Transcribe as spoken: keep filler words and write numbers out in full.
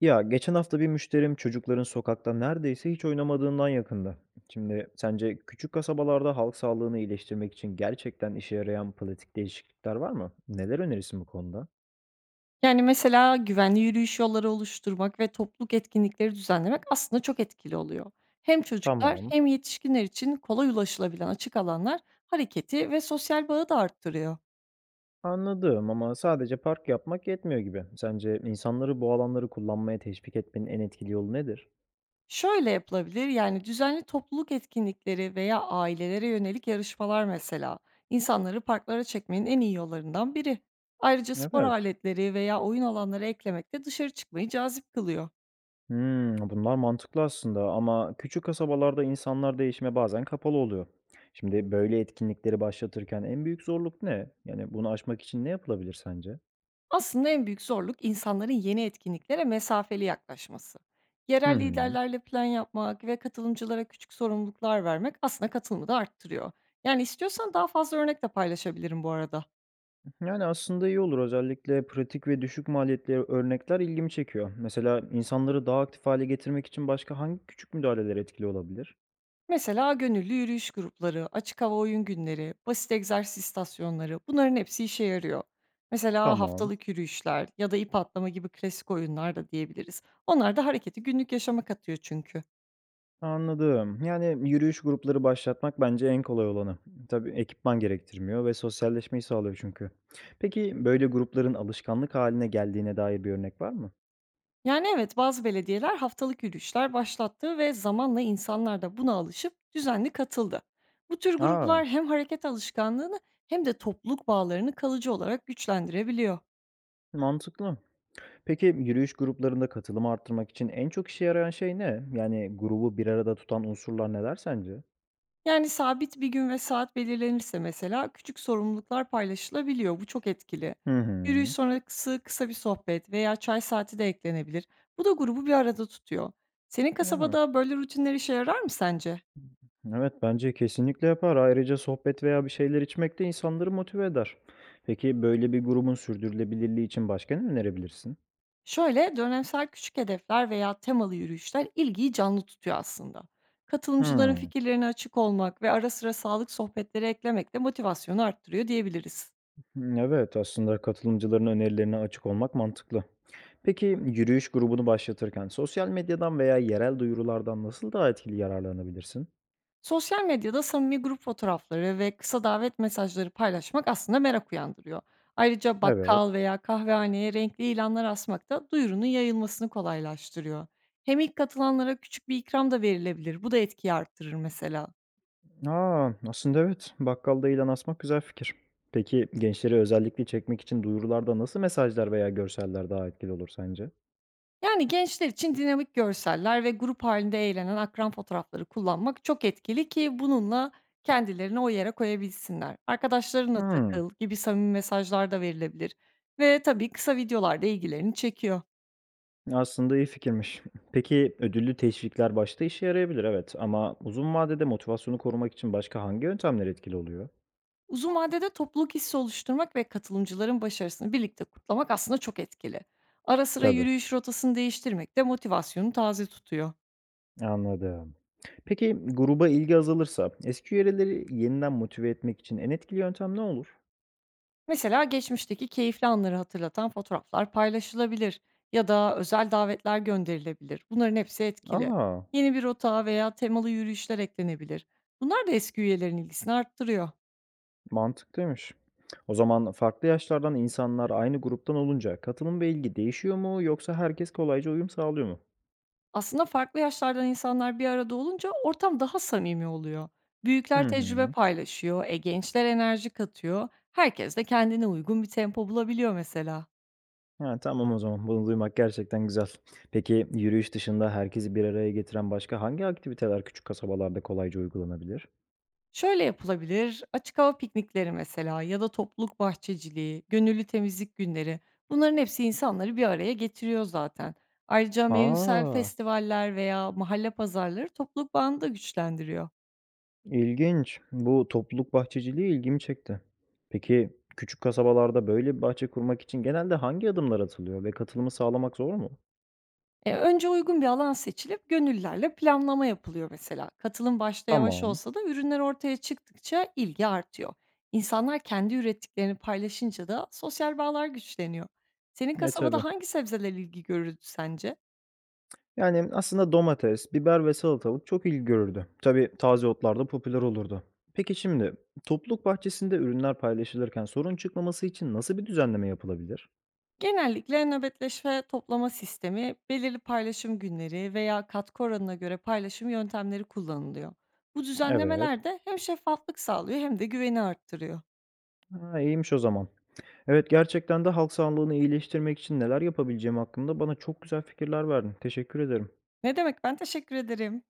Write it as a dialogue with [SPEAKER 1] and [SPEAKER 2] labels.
[SPEAKER 1] Ya geçen hafta bir müşterim çocukların sokakta neredeyse hiç oynamadığından yakında. Şimdi sence küçük kasabalarda halk sağlığını iyileştirmek için gerçekten işe yarayan politik değişiklikler var mı? Neler önerirsin bu konuda?
[SPEAKER 2] Yani, mesela güvenli yürüyüş yolları oluşturmak ve topluluk etkinlikleri düzenlemek aslında çok etkili oluyor. Hem çocuklar
[SPEAKER 1] Tamam.
[SPEAKER 2] hem yetişkinler için kolay ulaşılabilen açık alanlar hareketi ve sosyal bağı da arttırıyor.
[SPEAKER 1] Anladım ama sadece park yapmak yetmiyor gibi. Sence insanları bu alanları kullanmaya teşvik etmenin en etkili yolu nedir?
[SPEAKER 2] Şöyle yapılabilir, yani düzenli topluluk etkinlikleri veya ailelere yönelik yarışmalar mesela insanları parklara çekmenin en iyi yollarından biri. Ayrıca spor
[SPEAKER 1] Evet.
[SPEAKER 2] aletleri veya oyun alanları eklemek de dışarı çıkmayı cazip kılıyor.
[SPEAKER 1] Hımm, bunlar mantıklı aslında ama küçük kasabalarda insanlar değişime bazen kapalı oluyor. Şimdi böyle etkinlikleri başlatırken en büyük zorluk ne? Yani bunu aşmak için ne yapılabilir sence?
[SPEAKER 2] Aslında en büyük zorluk insanların yeni etkinliklere mesafeli yaklaşması.
[SPEAKER 1] Hı
[SPEAKER 2] Yerel
[SPEAKER 1] hı.
[SPEAKER 2] liderlerle plan yapmak ve katılımcılara küçük sorumluluklar vermek aslında katılımı da arttırıyor. Yani istiyorsan daha fazla örnek de paylaşabilirim bu arada.
[SPEAKER 1] Yani aslında iyi olur. Özellikle pratik ve düşük maliyetli örnekler ilgimi çekiyor. Mesela insanları daha aktif hale getirmek için başka hangi küçük müdahaleler etkili olabilir?
[SPEAKER 2] Mesela gönüllü yürüyüş grupları, açık hava oyun günleri, basit egzersiz istasyonları bunların hepsi işe yarıyor. Mesela
[SPEAKER 1] Tamam.
[SPEAKER 2] haftalık yürüyüşler ya da ip atlama gibi klasik oyunlar da diyebiliriz. Onlar da hareketi günlük yaşama katıyor çünkü.
[SPEAKER 1] Anladım. Yani yürüyüş grupları başlatmak bence en kolay olanı. Tabii ekipman gerektirmiyor ve sosyalleşmeyi sağlıyor çünkü. Peki böyle grupların alışkanlık haline geldiğine dair bir örnek var mı?
[SPEAKER 2] Yani evet, bazı belediyeler haftalık yürüyüşler başlattı ve zamanla insanlar da buna alışıp düzenli katıldı. Bu tür
[SPEAKER 1] Aa,
[SPEAKER 2] gruplar hem hareket alışkanlığını hem de topluluk bağlarını kalıcı olarak güçlendirebiliyor.
[SPEAKER 1] mantıklı. Peki yürüyüş gruplarında katılımı arttırmak için en çok işe yarayan şey ne? Yani grubu bir arada tutan unsurlar neler sence?
[SPEAKER 2] Yani sabit bir gün ve saat belirlenirse mesela küçük sorumluluklar paylaşılabiliyor. Bu çok etkili.
[SPEAKER 1] Hı
[SPEAKER 2] Yürüyüş
[SPEAKER 1] hı.
[SPEAKER 2] sonrası kısa bir sohbet veya çay saati de eklenebilir. Bu da grubu bir arada tutuyor. Senin
[SPEAKER 1] Yani,
[SPEAKER 2] kasabada böyle rutinler işe yarar mı sence?
[SPEAKER 1] evet bence kesinlikle yapar. Ayrıca sohbet veya bir şeyler içmek de insanları motive eder. Peki böyle bir grubun sürdürülebilirliği için başka ne önerebilirsin?
[SPEAKER 2] Şöyle dönemsel küçük hedefler veya temalı yürüyüşler ilgiyi canlı tutuyor aslında. Katılımcıların
[SPEAKER 1] Hımm,
[SPEAKER 2] fikirlerine açık olmak ve ara sıra sağlık sohbetleri eklemek de motivasyonu arttırıyor diyebiliriz.
[SPEAKER 1] evet, aslında katılımcıların önerilerine açık olmak mantıklı. Peki, yürüyüş grubunu başlatırken sosyal medyadan veya yerel duyurulardan nasıl daha etkili yararlanabilirsin?
[SPEAKER 2] Sosyal medyada samimi grup fotoğrafları ve kısa davet mesajları paylaşmak aslında merak uyandırıyor. Ayrıca
[SPEAKER 1] Evet.
[SPEAKER 2] bakkal veya kahvehaneye renkli ilanlar asmak da duyurunun yayılmasını kolaylaştırıyor. Hem ilk katılanlara küçük bir ikram da verilebilir. Bu da etkiyi arttırır mesela.
[SPEAKER 1] Aa, aslında evet, bakkalda ilan asmak güzel fikir. Peki, gençleri özellikle çekmek için duyurularda nasıl mesajlar veya görseller daha etkili olur sence?
[SPEAKER 2] Yani gençler için dinamik görseller ve grup halinde eğlenen akran fotoğrafları kullanmak çok etkili ki bununla kendilerini o yere koyabilsinler. "Arkadaşlarınla
[SPEAKER 1] Hımm.
[SPEAKER 2] takıl." gibi samimi mesajlar da verilebilir ve tabii kısa videolar da ilgilerini çekiyor.
[SPEAKER 1] Aslında iyi fikirmiş. Peki, ödüllü teşvikler başta işe yarayabilir, evet ama uzun vadede motivasyonu korumak için başka hangi yöntemler etkili oluyor?
[SPEAKER 2] Uzun vadede topluluk hissi oluşturmak ve katılımcıların başarısını birlikte kutlamak aslında çok etkili. Ara sıra
[SPEAKER 1] Tabii.
[SPEAKER 2] yürüyüş rotasını değiştirmek de motivasyonu taze tutuyor.
[SPEAKER 1] Anladım. Peki gruba ilgi azalırsa eski üyeleri yeniden motive etmek için en etkili yöntem ne olur?
[SPEAKER 2] Mesela geçmişteki keyifli anları hatırlatan fotoğraflar paylaşılabilir ya da özel davetler gönderilebilir. Bunların hepsi etkili.
[SPEAKER 1] Aa,
[SPEAKER 2] Yeni bir rota veya temalı yürüyüşler eklenebilir. Bunlar da eski üyelerin ilgisini arttırıyor.
[SPEAKER 1] mantıklıymış. O zaman farklı yaşlardan insanlar aynı gruptan olunca katılım ve ilgi değişiyor mu yoksa herkes kolayca uyum sağlıyor mu?
[SPEAKER 2] Aslında farklı yaşlardan insanlar bir arada olunca ortam daha samimi oluyor. Büyükler
[SPEAKER 1] Hı
[SPEAKER 2] tecrübe
[SPEAKER 1] hı.
[SPEAKER 2] paylaşıyor, e, gençler enerji katıyor. Herkes de kendine uygun bir tempo bulabiliyor mesela.
[SPEAKER 1] Ha, tamam o zaman bunu duymak gerçekten güzel. Peki yürüyüş dışında herkesi bir araya getiren başka hangi aktiviteler küçük kasabalarda kolayca uygulanabilir?
[SPEAKER 2] Şöyle yapılabilir, açık hava piknikleri mesela ya da topluluk bahçeciliği, gönüllü temizlik günleri bunların hepsi insanları bir araya getiriyor zaten. Ayrıca mevsimsel
[SPEAKER 1] Aa,
[SPEAKER 2] festivaller veya mahalle pazarları topluluk bağını da güçlendiriyor.
[SPEAKER 1] İlginç. Bu topluluk bahçeciliği ilgimi çekti. Peki küçük kasabalarda böyle bir bahçe kurmak için genelde hangi adımlar atılıyor ve katılımı sağlamak zor mu?
[SPEAKER 2] E, önce uygun bir alan seçilip gönüllülerle planlama yapılıyor mesela. Katılım başta yavaş
[SPEAKER 1] Tamam.
[SPEAKER 2] olsa da ürünler ortaya çıktıkça ilgi artıyor. İnsanlar kendi ürettiklerini paylaşınca da sosyal bağlar güçleniyor. Senin
[SPEAKER 1] E
[SPEAKER 2] kasabada
[SPEAKER 1] tabii.
[SPEAKER 2] hangi sebzeler ilgi görürdü sence?
[SPEAKER 1] Yani aslında domates, biber ve salatalık çok ilgi görürdü. Tabii taze otlar da popüler olurdu. Peki şimdi topluluk bahçesinde ürünler paylaşılırken sorun çıkmaması için nasıl bir düzenleme yapılabilir?
[SPEAKER 2] Genellikle nöbetleşme toplama sistemi, belirli paylaşım günleri veya katkı oranına göre paylaşım yöntemleri kullanılıyor. Bu
[SPEAKER 1] Evet.
[SPEAKER 2] düzenlemeler de hem şeffaflık sağlıyor hem de güveni arttırıyor.
[SPEAKER 1] Ha, iyiymiş o zaman. Evet gerçekten de halk sağlığını iyileştirmek için neler yapabileceğim hakkında bana çok güzel fikirler verdin. Teşekkür ederim.
[SPEAKER 2] Ne demek, ben teşekkür ederim.